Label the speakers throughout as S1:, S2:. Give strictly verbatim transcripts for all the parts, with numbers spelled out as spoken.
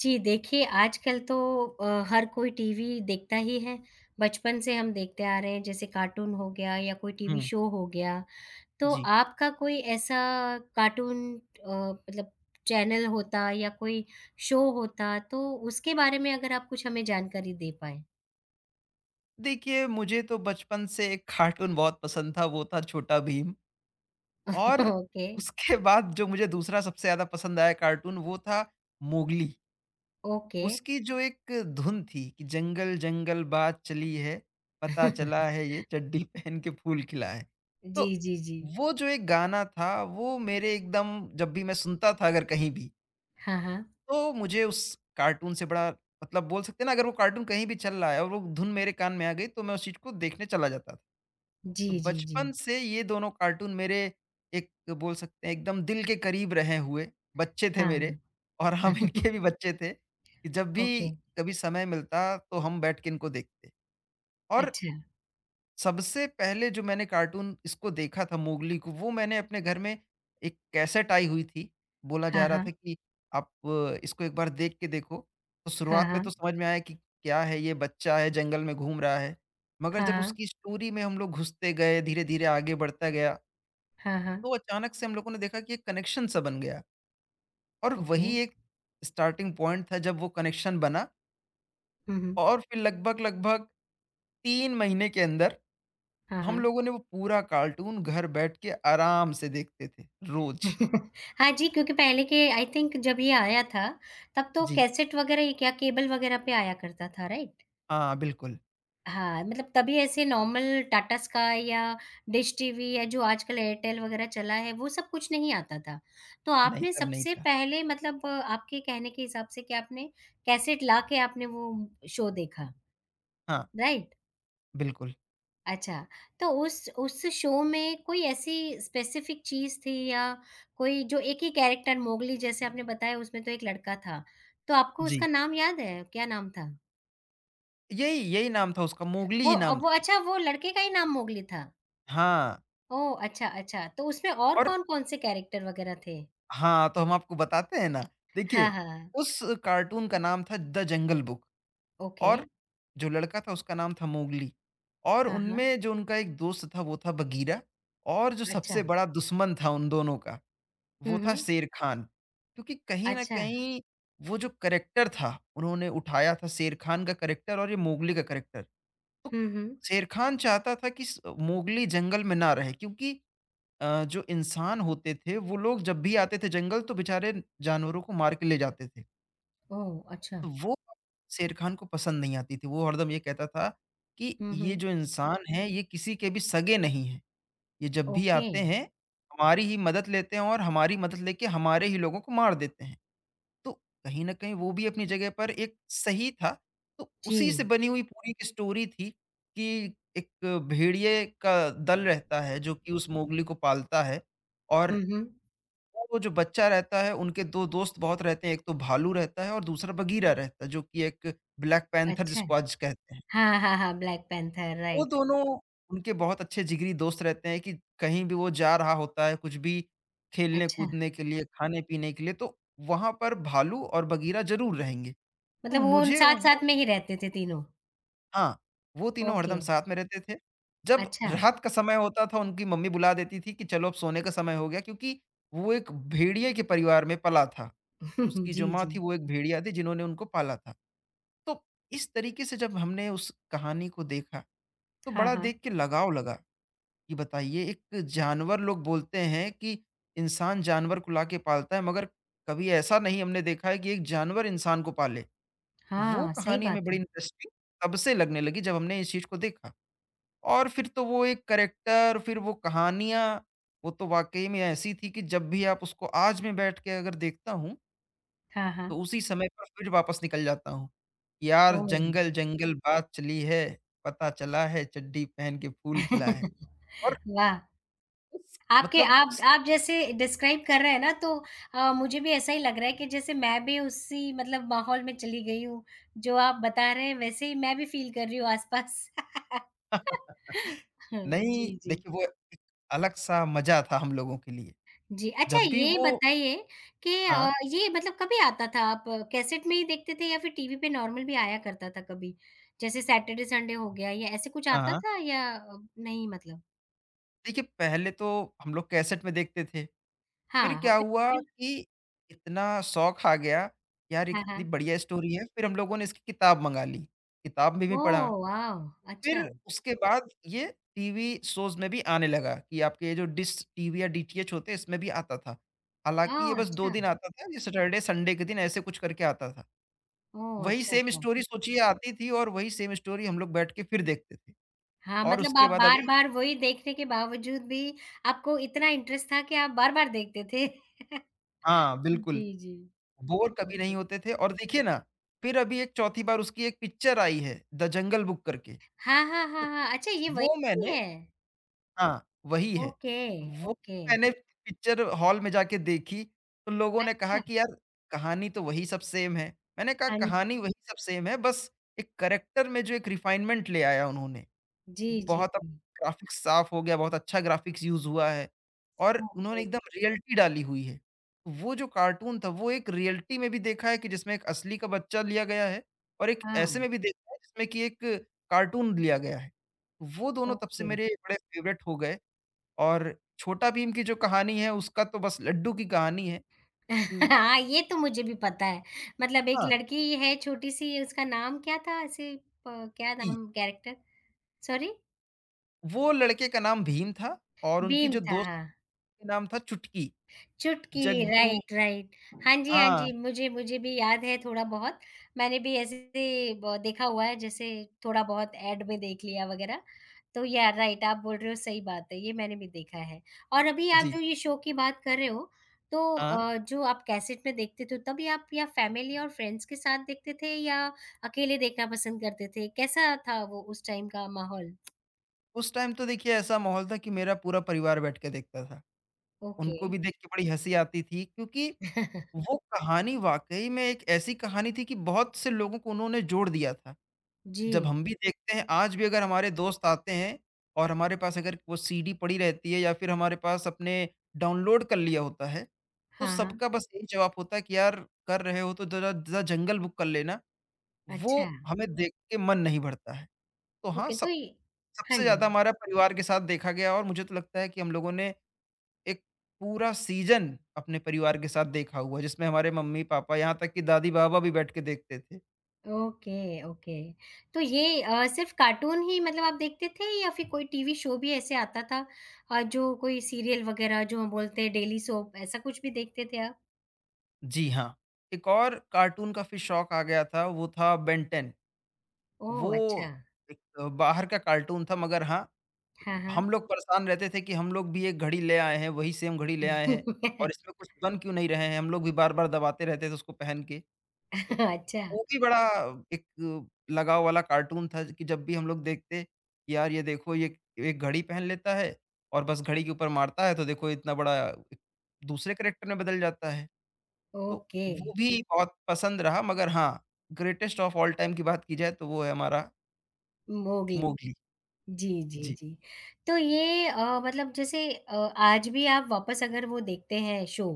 S1: जी, देखिए आजकल तो अ, हर कोई टीवी देखता ही है। बचपन से हम देखते आ रहे हैं जैसे कार्टून हो गया या कोई टीवी
S2: हुँ,
S1: शो हो गया। तो
S2: जी।
S1: आपका कोई ऐसा कार्टून अ, मतलब चैनल होता या कोई शो होता तो उसके बारे में अगर आप कुछ हमें जानकारी दे पाएँ?
S2: देखिए, मुझे तो बचपन से एक कार्टून बहुत पसंद था, वो था छोटा भीम। और
S1: ओके,
S2: उसके बाद जो मुझे दूसरा सबसे ज़्यादा पसंद आया कार्टून वो था मोगली।
S1: ओके।
S2: उसकी जो एक धुन थी कि जंगल-जंगल बात चली है, पता चला है ये चड्डी पहन के फूल खिला है। तो
S1: जी, जी, जी।
S2: वो जो एक गाना था, वो मेरे एकदम जब भी मैं सुनता था अगर कहीं भी,
S1: हाँ, हाँ।
S2: तो मुझे उस कार्टून से बड़ा मतलब, बोल सकते हैं ना, अगर वो कार्टून कहीं भी चल रहा है और वो धुन मेरे कान में आ गई तो मैं उस चीज़ को देखने चला जाता था।
S1: जी,
S2: तो
S1: जी, जी।
S2: बचपन से ये दोनों कार्टून मेरे एक, बोल सकते हैं, एकदम दिल के करीब रहे हुए बच्चे थे
S1: हाँ,
S2: मेरे।
S1: हाँ।
S2: और हम इनके भी बच्चे थे कि जब भी
S1: ओके,
S2: कभी समय मिलता तो हम बैठ के इनको देखते। और
S1: अच्छा।
S2: सबसे पहले जो मैंने कार्टून इसको देखा था मोगली को, वो मैंने अपने घर में एक कैसेट आई हुई थी। बोला जा
S1: हाँ,
S2: रहा था
S1: हाँ।
S2: कि आप अ, इसको एक बार देख के देखो। तो
S1: हाँ,
S2: शुरुआत में तो
S1: हाँ।
S2: समझ में आया कि क्या है, ये बच्चा है जंगल में घूम रहा है। मगर
S1: हाँ,
S2: जब
S1: हाँ।
S2: उसकी स्टोरी में हम लोग घुसते गए धीरे-धीरे आगे बढ़ता गया,
S1: हाँ, हाँ।
S2: तो अचानक से हम लोगों ने देखा कि एक कनेक्शन सा बन गया। और
S1: ओके।
S2: वही एक स्टार्टिंग पॉइंट था जब वो कनेक्शन बना।
S1: हुँ, हुँ।
S2: और फिर लगभग-लगभग तीन महीने के अंदर
S1: हाँ,
S2: हम
S1: हाँ।
S2: लोगों ने वो पूरा कार्टून घर बैठ के आराम से देखते थे, रोज़।
S1: हाँ जी, क्योंकि पहले के आई थिंक जब ये आया था, तब तो
S2: जी,
S1: कैसेट वग़ैरह क्या केबल वग़ैरह पे आया करता था, राइट?
S2: हाँ, बिल्कुल।
S1: हाँ, मतलब तभी ऐसे नॉर्मल टाटा स्काई या डिश टीवी या जो आजकल एयरटेल वग़ैरह चला है, वो सब कुछ नहीं आता था। तो
S2: नहीं,
S1: आपने
S2: तब नहीं
S1: सबसे
S2: था।
S1: पहले मतलब आपके कहने के हिसाब से कि आपने कैसेट ला के आपने वो शो देखा,
S2: हाँ,
S1: राइट?
S2: बिल्कुल।
S1: अच्छा, तो उस उस शो में कोई ऐसी स्पेसिफ़िक चीज़ थी या कोई जो एक ही कैरेक्टर मोगली जैसे आपने बताया उसमें तो एक लड़का था, तो आपको उसका
S2: जी,
S1: नाम याद है? क्या नाम था?
S2: यही यही नाम था उसका, मोगली
S1: वो
S2: ही नाम
S1: अब वो
S2: था।
S1: अच्छा वो लड़के का ही नाम मोगली था?
S2: हाँ,
S1: ओह! अच्छा, अच्छा, तो उसमें और
S2: और
S1: कौन-कौन से कैरेक्टर वग़ैरह थे?
S2: हाँ, तो हम आपको बताते हैं ना,
S1: हाँ,
S2: देखिए,
S1: हाँ,
S2: उस कार्टून का नाम था द जंगल बुक।
S1: ओके।
S2: और जो लड़का था उसका नाम था मोगली, और
S1: हाँ, हाँ,
S2: उनमें जो उनका एक दोस्त था वो था बगीरा, और जो
S1: अच्छा।
S2: सबसे बड़ा दुश्मन था उन दोनों का, वो
S1: हुँ,
S2: था
S1: हुँ,
S2: शेर खान। क्योंकि कहीं न
S1: अच्छा।
S2: कहीं वो जो करैक्टर था, उन्होंने उठाया था शेर खान का करैक्टर और ये मोगली का करैक्टर। तो
S1: हुँ, हुँ,
S2: शेर खान चाहता था कि स मोगली जंगल में ना रहे, क्योंकि अ, जो इंसान होते थे, वो लोग जब भी आते थे जंगल तो बेचारे जानवरों को मार के ले जाते थे।
S1: ओह! अच्छा।
S2: तो वो शेर खान को पसंद नहीं आती थी। वो हरदम ये कहता था कि
S1: हुँ,
S2: ये
S1: हुँ,
S2: जो इंसान हैं, ये किसी के भी सगे नहीं हैं। ये जब भी
S1: ओके,
S2: आते हैं, हमारी ही मदद लेते हैं और हमारी मदद लेके हमारे ही लोगों को मार देते हैं। तो कहीं न कहीं वो भी अपनी जगह पर एक सही था। तो
S1: जी।
S2: उसी से बनी हुई पूरी एक स्टोरी थी कि एक भेड़िए का दल रहता है जो कि उस मोगली को पालता है,
S1: हुँ,
S2: और
S1: हुँ,
S2: वो जो बच्चा रहता है उनके दो दोस्त बहुत रहते हैं, एक तो भालू रहता है और दूसरा बगीरा रहता है जो कि एक ब्लैक पैंथर
S1: अच्छा।
S2: जिसको आज कहते हैं।
S1: हाँ, हाँ, हाँ, ब्लैक पैंथर,
S2: वो
S1: राइट।
S2: दोनों उनके बहुत अच्छे जिगरी दोस्त रहते हैं कि कहीं भी वो जा रहा होता है, कुछ भी खेलने
S1: अच्छा,
S2: कूदने के लिए, खाने-पीने के लिए, तो वहाँ पर भालू और बगीरा ज़रूर रहेंगे। तो
S1: मतलब वो उन
S2: मुझे वो,
S1: साथ-साथ में ही रहते थे तीनों?
S2: हाँ, वो तीनों
S1: ओके,
S2: हरदम साथ में रहते थे। जब
S1: अच्छा।
S2: रात का समय होता था, उनकी मम्मी बुला देती थी कि चलो अब सोने का समय हो गया, क्योंकि वो एक भेड़िए के परिवार में पला था। उसकी जो
S1: जी,
S2: माँ
S1: जी।
S2: थी, वो एक भेड़िया थी जिन्होंने उनको पाला था। तो इस तरीके से जब हमने उस कहानी को देखा, तो
S1: हाँ,
S2: बड़ा
S1: हाँ।
S2: देख के लगाव लगा। ये बताइए, एक जानवर, लोग बोलते हैं कि इंसान जानवर को लाके पालता है, मगर कभी ऐसा नहीं हमने देखा है कि एक जानवर इंसान को पाले। वो
S1: हाँ, सही
S2: कहानी हमें
S1: बात
S2: बड़ी
S1: है।
S2: इंटरेस्टिंग तब से लगने लगी जब हमने इस चीज़ को देखा। और फिर तो वो एक कैरेक्टर, फिर वो कहानियाँ, वो तो वाक़ई में ऐसी थी कि जब भी आप उसको, आज मैं बैठ के अगर देखता हूँ,
S1: हाँ,
S2: तो
S1: हाँ।
S2: उसी समय पर फिर वापस निकल जाता हूँ। यार
S1: ओह!
S2: जंगल, जंगल बात चली है, पता चला है चड्डी पहन के फूल खिला है। और
S1: वाह!
S2: उस
S1: आपके
S2: मतलब
S1: आप आप जैसे डिस्क्राइब कर रहे हैं ना तो अ, मुझे भी ऐसा ही लग रहा है कि जैसे मैं भी उसी मतलब माहौल में चली गई हूँ, जो आप बता रहे हैं वैसे ही मैं भी फ़ील कर रही हूँ आस-पास।
S2: नहीं,
S1: जी, जी।
S2: देखिए, वो एक अलग-सा मज़ा था हम लोगों के लिए।
S1: जी, अच्छा
S2: जब भी
S1: ये
S2: वो,
S1: बताइए कि
S2: हाँ,
S1: अ, ये मतलब कभी आता था आप कैसेट में ही देखते थे या फिर टीवी पे नॉर्मल भी आया करता था कभी? जैसे सैटरडे संडे हो गया या ऐसे कुछ आता
S2: हाँ।
S1: था या अ, नहीं मतलब?
S2: देखिए, पहले तो हम लोग कैसेट में देखते थे, फिर
S1: हाँ, हाँ,
S2: क्या
S1: फिर
S2: हुआ
S1: फिर
S2: कि इतना शौक आ गया, यार ये
S1: हाँ,
S2: कितनी
S1: हाँ।
S2: बढ़िया स्टोरी है, फिर हम लोगों ने इसकी किताब मँगा ली, किताब में भी पढ़ा।
S1: ओह वाव!
S2: फिर
S1: अच्छा।
S2: उसके बाद ये टीवी शोज़ में भी आने लगा कि आपके ये जो डिश टीवी या डीटीएच होते हैं, इसमें भी आता था। हालाँकि ये
S1: ओह
S2: बस दो
S1: अच्छा!
S2: दिन आता था, ये सैटरडे, संडे के दिन ऐसे कुछ करके आता था।
S1: ओह
S2: वही
S1: अच्छा,
S2: सेम
S1: अच्छा।
S2: स्टोरी सोचिए आती थी, और वही सेम स्टोरी हम लोग बैठ के फिर देखते थे।
S1: हाँ,
S2: और
S1: मतलब
S2: उसके
S1: आप
S2: बाद अभी,
S1: बार-बार वही देखने के बावजूद भी आपको इतना इंटरेस्ट था कि आप बार-बार देखते थे।
S2: हाँ, बिल्कुल।
S1: जी, जी।
S2: बोर कभी
S1: ओके।
S2: नहीं होते थे। और देखिए ना, फिर अभी एक चौथी बार उसकी एक पिक्चर आई है, द जंगल बुक करके।
S1: हाँ, हाँ, हाँ,
S2: तो
S1: हाँ। अच्छा ये वही
S2: वो मैंने,
S1: है?
S2: हाँ। वही है,
S1: ओके,
S2: वो
S1: ओके।
S2: मैंने पिक्चर हॉल में जाके देखी, तो लोगों ने कहा
S1: अच्छा,
S2: कि यार कहानी तो वही सब सेम है। मैंने कहा
S1: हाँ जी।
S2: कहानी वही सब सेम है, बस एक कैरेक्टर में जो एक रिफाइनमेंट ले आया उन्होंने।
S1: जी, जी,
S2: बहुत अब
S1: जी।
S2: ग्राफ़िक्स साफ़ हो गया, बहुत अच्छा ग्राफ़िक्स यूज़ हुआ है और उन्होंने
S1: ओके,
S2: एकदम रियलिटी डाली हुई है। वो जो कार्टून था, वो एक रियलिटी में भी देखा है कि जिसमें एक असली का बच्चा लिया गया है, और एक ऐसे
S1: हाँ,
S2: में भी देखा है जिसमें कि एक कार्टून लिया गया है। वो दोनों तब से
S1: ओके।
S2: मेरे बड़े फ़ेवरेट हो गए। और छोटा भीम की जो कहानी है, उसका तो बस लड्डू की कहानी है। हुँ।
S1: हाँ, ये तो मुझे भी पता है। मतलब एक
S2: हाँ,
S1: लड़की है छोटी-सी उसका नाम क्या था ऐसे प क्या
S2: कि
S1: नाम कैरेक्टर? सॉरी?
S2: वो लड़के का नाम भीम था, और उनकी
S1: भीम
S2: जो
S1: था,
S2: दोस्त
S1: हाँ।
S2: का नाम था चुटकी,
S1: चुटकी,
S2: जग्गू,
S1: राइट, राइट। हाँ जी, हाँ
S2: हाँ,
S1: जी, मुझे मुझे भी याद है थोड़ा बहुत। मैंने भी ऐसे ब देखा हुआ है जैसे थोड़ा बहुत ऐड में देख लिया वगैरह। तो या राइट आप बोल रहे हो सही बात है, ये मैंने भी देखा है। और अभी आप
S2: जी,
S1: जो ये शो की बात कर रहे हो, तो
S2: हाँ।
S1: अ, जो आप कैसेट में देखते थे तब या आप या फैमिली और फ्रेंड्स के साथ देखते थे या अकेले देखना पसंद करते थे? कैसा था वो उस टाइम का माहौल?
S2: उस टाइम तो देखिए ऐसा माहौल था कि मेरा पूरा परिवार बैठ के देखता था।
S1: ओके।
S2: उनको भी देख के बड़ी हँसी आती थी, क्योंकि वो कहानी वाक़ई में एक ऐसी कहानी थी कि बहुत से लोगों को उन्होंने जोड़ दिया था।
S1: जी।
S2: जब हम भी देखते हैं, आज भी अगर हमारे दोस्त आते हैं और हमारे पास अगर वो सीडी पड़ी रहती है या फिर हमारे पास अपने डाउनलोड कर लिया होता है, तो
S1: हाँ,
S2: सबका बस यही जवाब होता है कि यार कर रहे हो तो ज़रा ज़रा जंगल बुक कर लेना। वो
S1: अच्छा।
S2: हमें देख के मन नहीं भरता है। तो हाँ,
S1: ओके,
S2: स
S1: तो ये हाँ
S2: सबसे
S1: जी।
S2: ज़्यादा हमारा परिवार के साथ देखा गया, और मुझे तो लगता है कि हम लोगों ने एक पूरा सीज़न अपने परिवार के साथ देखा हुआ है, जिसमें हमारे मम्मी-पापा, यहाँ तक कि दादी-बाबा भी बैठ के देखते थे।
S1: Okay, okay. तो ये अ, सिर्फ़ कार्टून ही मतलब आप देखते थे या फिर कोई टीवी शो भी ऐसे आता था अ, जो कोई सीरियल वग़ैरह जो हम बोलते हैं डेली सोप ऐसा कुछ भी देखते थे आप?
S2: जी हाँ, एक और कार्टून का फिर शौक आ गया था, वो था बेन टेन।
S1: ओह!
S2: वो
S1: अच्छा।
S2: एक अ, बाहर का कार्टून था, मगर हाँ,
S1: हाँ, हाँ।
S2: हम लोग परेशान रहते थे कि हम लोग भी एक घड़ी ले आए हैं, वही सेम घड़ी ले आए हैं, और इसमें कुछ बन क्यों नहीं रहे हैं, हम लोग भी बार-बार दबाते रहते थे उसको पहन के। तो
S1: अच्छा,
S2: वो भी बड़ा एक लगाव वाला कार्टून था कि जब भी हम लोग देखते, कि यार ये देखो, ये एक घड़ी पहन लेता है, और बस घड़ी के ऊपर मारता है तो देखो इतना बड़ा एक दूसरे कैरेक्टर में बदल जाता है। तो
S1: ओके।
S2: वो भी बहुत पसंद रहा, मगर हाँ, ग्रेटेस्ट ऑफ ऑल टाइम की बात की जाए तो वो है हमारा
S1: मोगली।
S2: मोगली।
S1: जी, जी,
S2: जी,
S1: जी। तो ये अ, मतलब जैसे अ, आज भी आप वापस अगर वो देखते हैं शो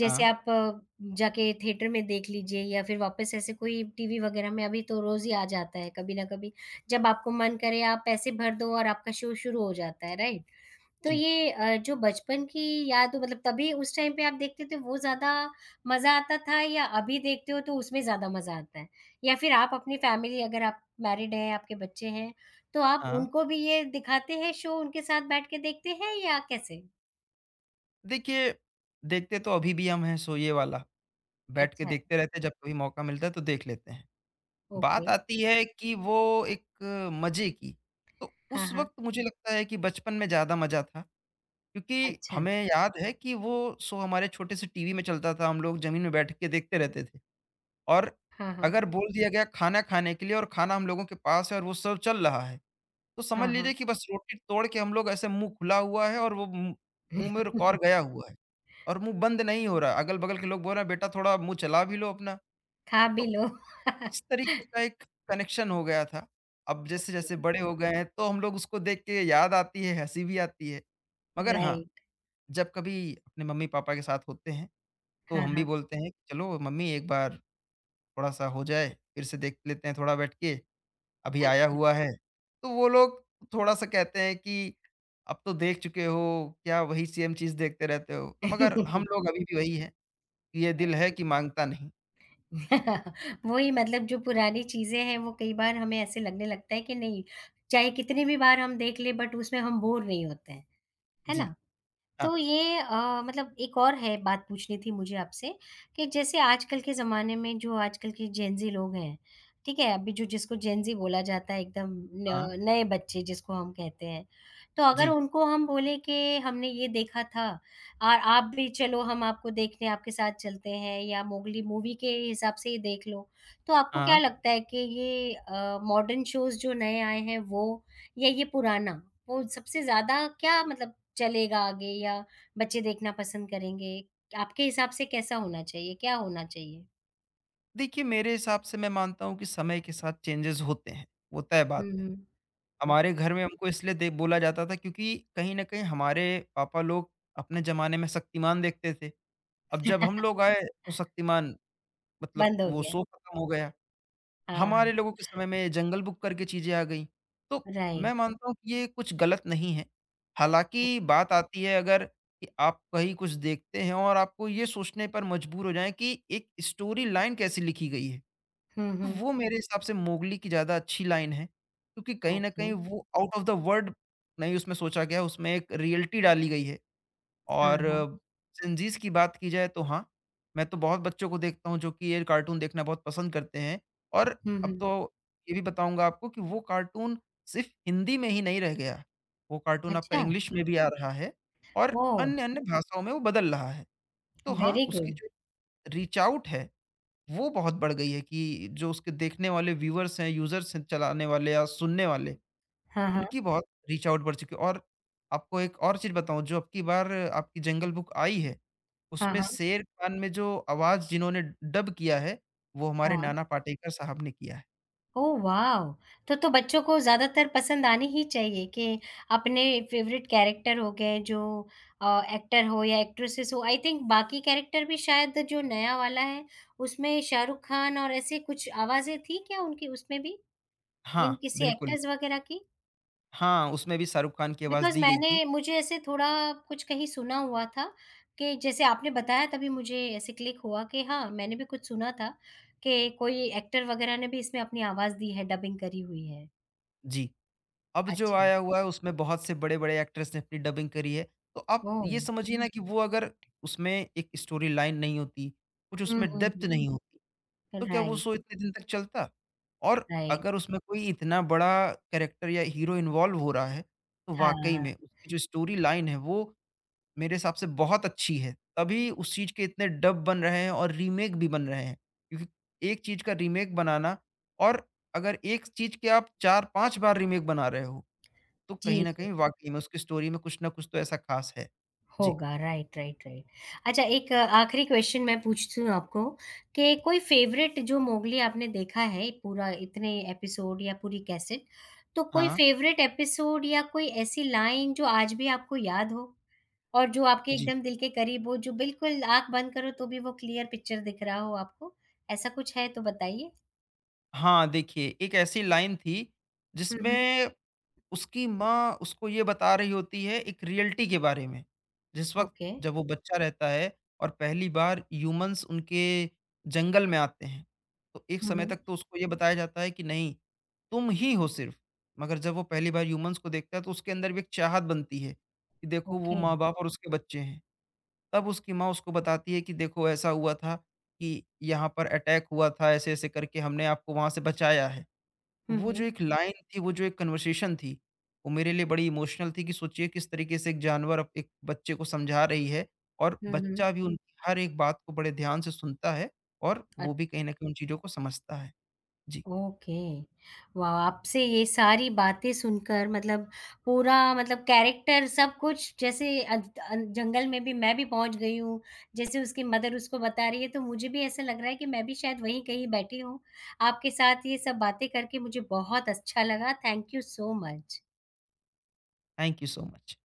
S1: जैसे
S2: हाँ,
S1: आप अ, जाके थिएटर में देख लीजिए या फिर वापस ऐसे कोई टीवी वगैरह में अभी तो रोज़ ही आ जाता है कभी न कभी। जब आपको मन करे आप पैसे भर दो और आपका शो शुरू हो जाता है, राइट? तो
S2: जी,
S1: ये अ, जो बचपन की याद हो मतलब तभी उस टाइम पे आप देखते थे वो ज़्यादा मज़ा आता था या अभी देखते हो तो उसमें ज़्यादा मज़ा आता है? या फिर आप अपनी फैमिली अगर आप मैरिड हैं, आपके बच्चे हैं, तो आप
S2: हाँ।
S1: उनको भी ये दिखाते हैं शो उनके साथ बैठ के देखते हैं या कैसे?
S2: देखिए, देखते तो अभी भी हम हैं, सो ये वाला, बैठ के
S1: अच्छा,
S2: देखते रहते हैं, जब कभी मौका मिलता है तो देख लेते हैं।
S1: ओके।
S2: बात आती है कि वो एक मज़े की, तो
S1: हाँ,
S2: उस
S1: हाँ।
S2: वक़्त मुझे लगता है कि बचपन में ज़्यादा मज़ा था, क्योंकि
S1: अच्छा।
S2: हमें याद है कि वो शो हमारे छोटे-से टीवी में चलता था, हम लोग ज़मीन में बैठ के देखते रहते थे, और
S1: हाँ, हाँ।
S2: अगर बोल दिया गया खाना खाने के लिए और खाना हम लोगों के पास है और वो सर्व चल रहा है, तो समझ
S1: हाँ, हाँ।
S2: लीजिए कि बस रोटी तोड़ के हम लोग ऐसे मुँह खुला हुआ है, और वो मुँह मुँह में रुक और गया हुआ है और मुँह बंद नहीं हो रहा है, अगल-बगल के लोग बोल रहे हैं, "बेटा थोड़ा मुँह चला भी लो अपना।"
S1: खा भी
S2: तो
S1: लो।
S2: इस तरीके का एक कनेक्शन हो गया था। अब
S1: ओके,
S2: जैसे-जैसे बड़े हो गए हैं, तो हम लोग उसको देख के याद आती है, हँसी भी आती है। मगर हाँ,
S1: राइट।
S2: जब कभी अपने मम्मी-पापा के साथ होते हैं तो
S1: हाँ,
S2: हम भी
S1: हाँ।
S2: बोलते हैं कि चलो मम्मी एक बार थोड़ा-सा हो जाए, फिर से देख लेते हैं थोड़ा बैठ के, अभी आया
S1: अच्छा।
S2: हुआ है। तो वो लोग थोड़ा-सा कहते हैं कि अब तो देख चुके हो, क्या वही सेम चीज़ देखते रहते हो? मगर हम लोग अभी भी वही हैं, ये दिल है
S1: ओके।
S2: कि माँगता नहीं।
S1: वही मतलब जो पुरानी चीज़ें हैं वो कई बार हमें ऐसे लगने लगता है कि नहीं, चाहे कितनी भी बार हम देख लें बट उसमें हम बोर नहीं होते हैं। है
S2: जी।
S1: ना?
S2: हाँ,
S1: तो ये अ, मतलब एक और है बात पूछनी थी मुझे आपसे कि जैसे आजकल के ज़माने में जो आजकल के जेनज़ी लोग हैं, ठीक है? अभी जो जिसको जेनज़ी बोला जाता है एकदम
S2: हाँ।
S1: न नए बच्चे जिसको हम कहते हैं। तो अगर
S2: जी।
S1: उनको हम बोलें कि हमने ये देखा था और आप भी चलो हम आपको देखने आपके साथ चलते हैं या मोगली मूवी के हिसाब से ही देख लो। तो आपको क्या
S2: हाँ।
S1: लगता है कि ये अ, मॉडर्न शोज़ जो नए आए हैं वो या ये पुराना, वो सबसे ज़्यादा क्या मतलब चलेगा आगे या बच्चे देखना पसंद करेंगे? आपके हिसाब से कैसा होना चाहिए? क्या होना चाहिए?
S2: देखिए, मेरे हिसाब से मैं मानता हूँ कि समय के साथ चेंजेज़ होते हैं, वो तय बात
S1: हुँ,
S2: है।
S1: हुँ।
S2: हमारे
S1: ओके
S2: घर में हमको इसलिए दे बोला जाता था क्योंकि कहीं न कहीं हमारे पापा लोग अपने ज़माने में शक्तिमान देखते थे। अब जब हम लोग आए तो शक्तिमान मतलब
S1: बंद हो
S2: वो
S1: गया।
S2: शो खत्म हो गया।
S1: हाँ,
S2: हमारे लोगों के समय में जंगल बुक करके चीज़ें आ गईं। तो मैं
S1: राइट।
S2: मानता हूँ कि ये कुछ गलत नहीं है।
S1: ओ
S2: हालाँकि बात आती है अगर कि आप कहीं कुछ देखते हैं और आपको ये सोचने पर मजबूर हो जाएँ कि एक स्टोरी लाइन कैसे लिखी गई है।
S1: हुँ,
S2: तो
S1: हुँ।
S2: वो मेरे हिसाब से मोगली की ज़्यादा अच्छी लाइन है, क्योंकि कहीं न कहीं
S1: ओके।
S2: वो आउट ऑफ द वर्ल्ड नहीं उसमें सोचा गया, उसमें एक रियलिटी डाली गई है
S1: हाँ,
S2: और
S1: हाँ।
S2: सिंजीज़ की बात की जाए तो हाँ, मैं तो बहुत बच्चों को देखता हूँ जो कि ये कार्टून देखना बहुत पसंद करते हैं और
S1: हुँ,
S2: अब
S1: हुँ।
S2: तो ये भी बताऊँगा आपको कि वो कार्टून सिर्फ़ हिंदी में ही नहीं रह गया, वो कार्टून आपका
S1: अच्छा!
S2: इंग्लिश में भी आ रहा है और
S1: ओह!
S2: अन्य-अन्य भाषाओं में वो बदल रहा है। तो हाँ,
S1: वेरी
S2: उसकी
S1: गुड।
S2: जो रीच आउट है वो बहुत बढ़ गई है कि जो उसके देखने वाले व्यूअर्स हैं, यूज़र्स हैं, चलाने वाले या सुनने वाले,
S1: हाँ, हाँ।
S2: उनकी बहुत रीच आउट बढ़ चुकी है। और आपको एक और चीज़ बताऊँ, जो अब की बार आपकी जंगल बुक आई है,
S1: हाँ,
S2: उसमें
S1: हाँ।
S2: शेर खान में जो आवाज़ जिन्होंने डब किया है, वो हमारे
S1: हाँ।
S2: नाना पाटेकर साहब ने किया है।
S1: ओह वाव! तो तो बच्चों को ज़्यादातर पसंद आनी ही चाहिए कि अपने फ़ेवरेट कैरेक्टर हो गए जो अ, एक्टर हो या एक्ट्रेसेस हो आई थिंक बाकी कैरेक्टर भी शायद जो नया वाला है उसमें शाहरुख़ खान और ऐसे कुछ आवाज़ें थी क्या उनकी उसमें भी?
S2: हाँ,
S1: इन किसी
S2: बिल्कुल।
S1: एक्टर्स वग़ैरह की?
S2: हाँ, उसमें भी शाहरुख खान की आवाज़
S1: बिकॉज़
S2: दी गई
S1: मैंने
S2: थी।
S1: मुझे ऐसे थोड़ा कुछ कहीं सुना हुआ था कि जैसे आपने बताया तभी मुझे ऐसे क्लिक हुआ कि हाँ, मैंने भी कुछ सुना था कि कोई एक्टर वग़ैरह ने भी इसमें अपनी आवाज़ दी है डबिंग करी हुई है।
S2: जी। अब जो
S1: अच्छा।
S2: आया हुआ है उसमें बहुत से बड़े-बड़े एक्टर्स ने अपनी डबिंग करी है। तो आप ये
S1: ओह!
S2: समझिए ना हुँ। कि वो अगर उसमें एक स्टोरी लाइन नहीं होती, कुछ
S1: हुँ,
S2: उसमें
S1: हुँ,
S2: डेप्थ हुँ।
S1: हुँ।
S2: नहीं होती, तो क्या वो
S1: राइट,
S2: शो इतने दिन तक चलता? और
S1: राइट।
S2: अगर उसमें कोई इतना बड़ा कैरेक्टर या हीरो इन्वॉल्व हो रहा है, तो
S1: हाँ,
S2: वाक़ई में उसकी जो स्टोरी लाइन है वो मेरे हिसाब से बहुत अच्छी है। तभी उस चीज़ के इतने डब बन रहे हैं और रीमेक भी बन रहे हैं। क्योंकि एक चीज़ का रीमेक बनाना और अगर एक चीज़ के आप चार पाँच बार रीमेक बना रहे हो, तो
S1: जी,
S2: कहीं न
S1: जी।
S2: कहीं वाक़ई में उसकी स्टोरी में कुछ ना कुछ तो ऐसा ख़ास है। जी।
S1: होगा राइट, राइट, राइट। अच्छा एक आखिरी क्वेश्चन मैं पूछती हूँ आपको कि कोई फ़ेवरेट जो मोगली आपने देखा है पूरा इतने एपिसोड या पूरी कैसेट, तो कोई
S2: हाँ,
S1: फ़ेवरेट एपिसोड या कोई ऐसी लाइन जो आज भी आपको याद हो? और जो आपके
S2: जी।
S1: एकदम दिल के करीब हो, जो बिल्कुल आँख बंद करो तो भी वो क्लियर पिक्चर दिख रहा हो आपको, ऐसा कुछ है तो बताइए?
S2: हाँ, देखिए एक ऐसी लाइन थी
S1: हुँ, हुँ।
S2: जिसमें उसकी माँ उसको ये बता रही होती है एक रियलिटी के बारे में। जिस वक़्त
S1: ओके।
S2: जब वो बच्चा रहता है और पहली बार ह्यूमन्स उनके जंगल में आते हैं, तो एक
S1: हुँ,
S2: समय
S1: हुँ।
S2: तक तो उसको ये बताया जाता है कि नहीं, तुम ही हो सिर्फ़। मगर जब वो पहली बार ह्यूमन्स को देखता है तो उसके अंदर भी एक चाहत बनती है कि देखो वो
S1: ओके।
S2: माँ-बाप और उसके बच्चे हैं। तब उसकी माँ उसको बताती है कि देखो ऐसा हुआ था कि यहाँ पर अटैक हुआ था, ऐसे-ऐसे करके हमने आपको वहाँ से बचाया है।
S1: हुँ,
S2: वो जो
S1: हुँ।
S2: एक लाइन थी, वो जो एक कन्वर्सेशन थी, वो मेरे लिए बड़ी इमोशनल थी कि सोचिए किस तरीके से एक जानवर अब एक बच्चे को समझा रही है और
S1: हुँ, हुँ।
S2: बच्चा भी जी। उनकी हर एक बात को बड़े ध्यान से सुनता है और
S1: अ,
S2: वो भी कहीं न कहीं उन चीज़ों को समझता है। जी,
S1: ओके। वाह! आपसे ये सारी बातें सुनकर मतलब पूरा मतलब कैरेक्टर सब कुछ जैसे अद अ, जंगल में भी मैं भी पहुँच गई हूँ, जैसे उसकी मदर उसको बता रही है तो मुझे भी ऐसा लग रहा है कि मैं भी शायद वहीं कहीं बैठी हूँ। आपके साथ ये सब बातें करके मुझे बहुत अच्छा लगा। Thank you so much.
S2: Thank you so much.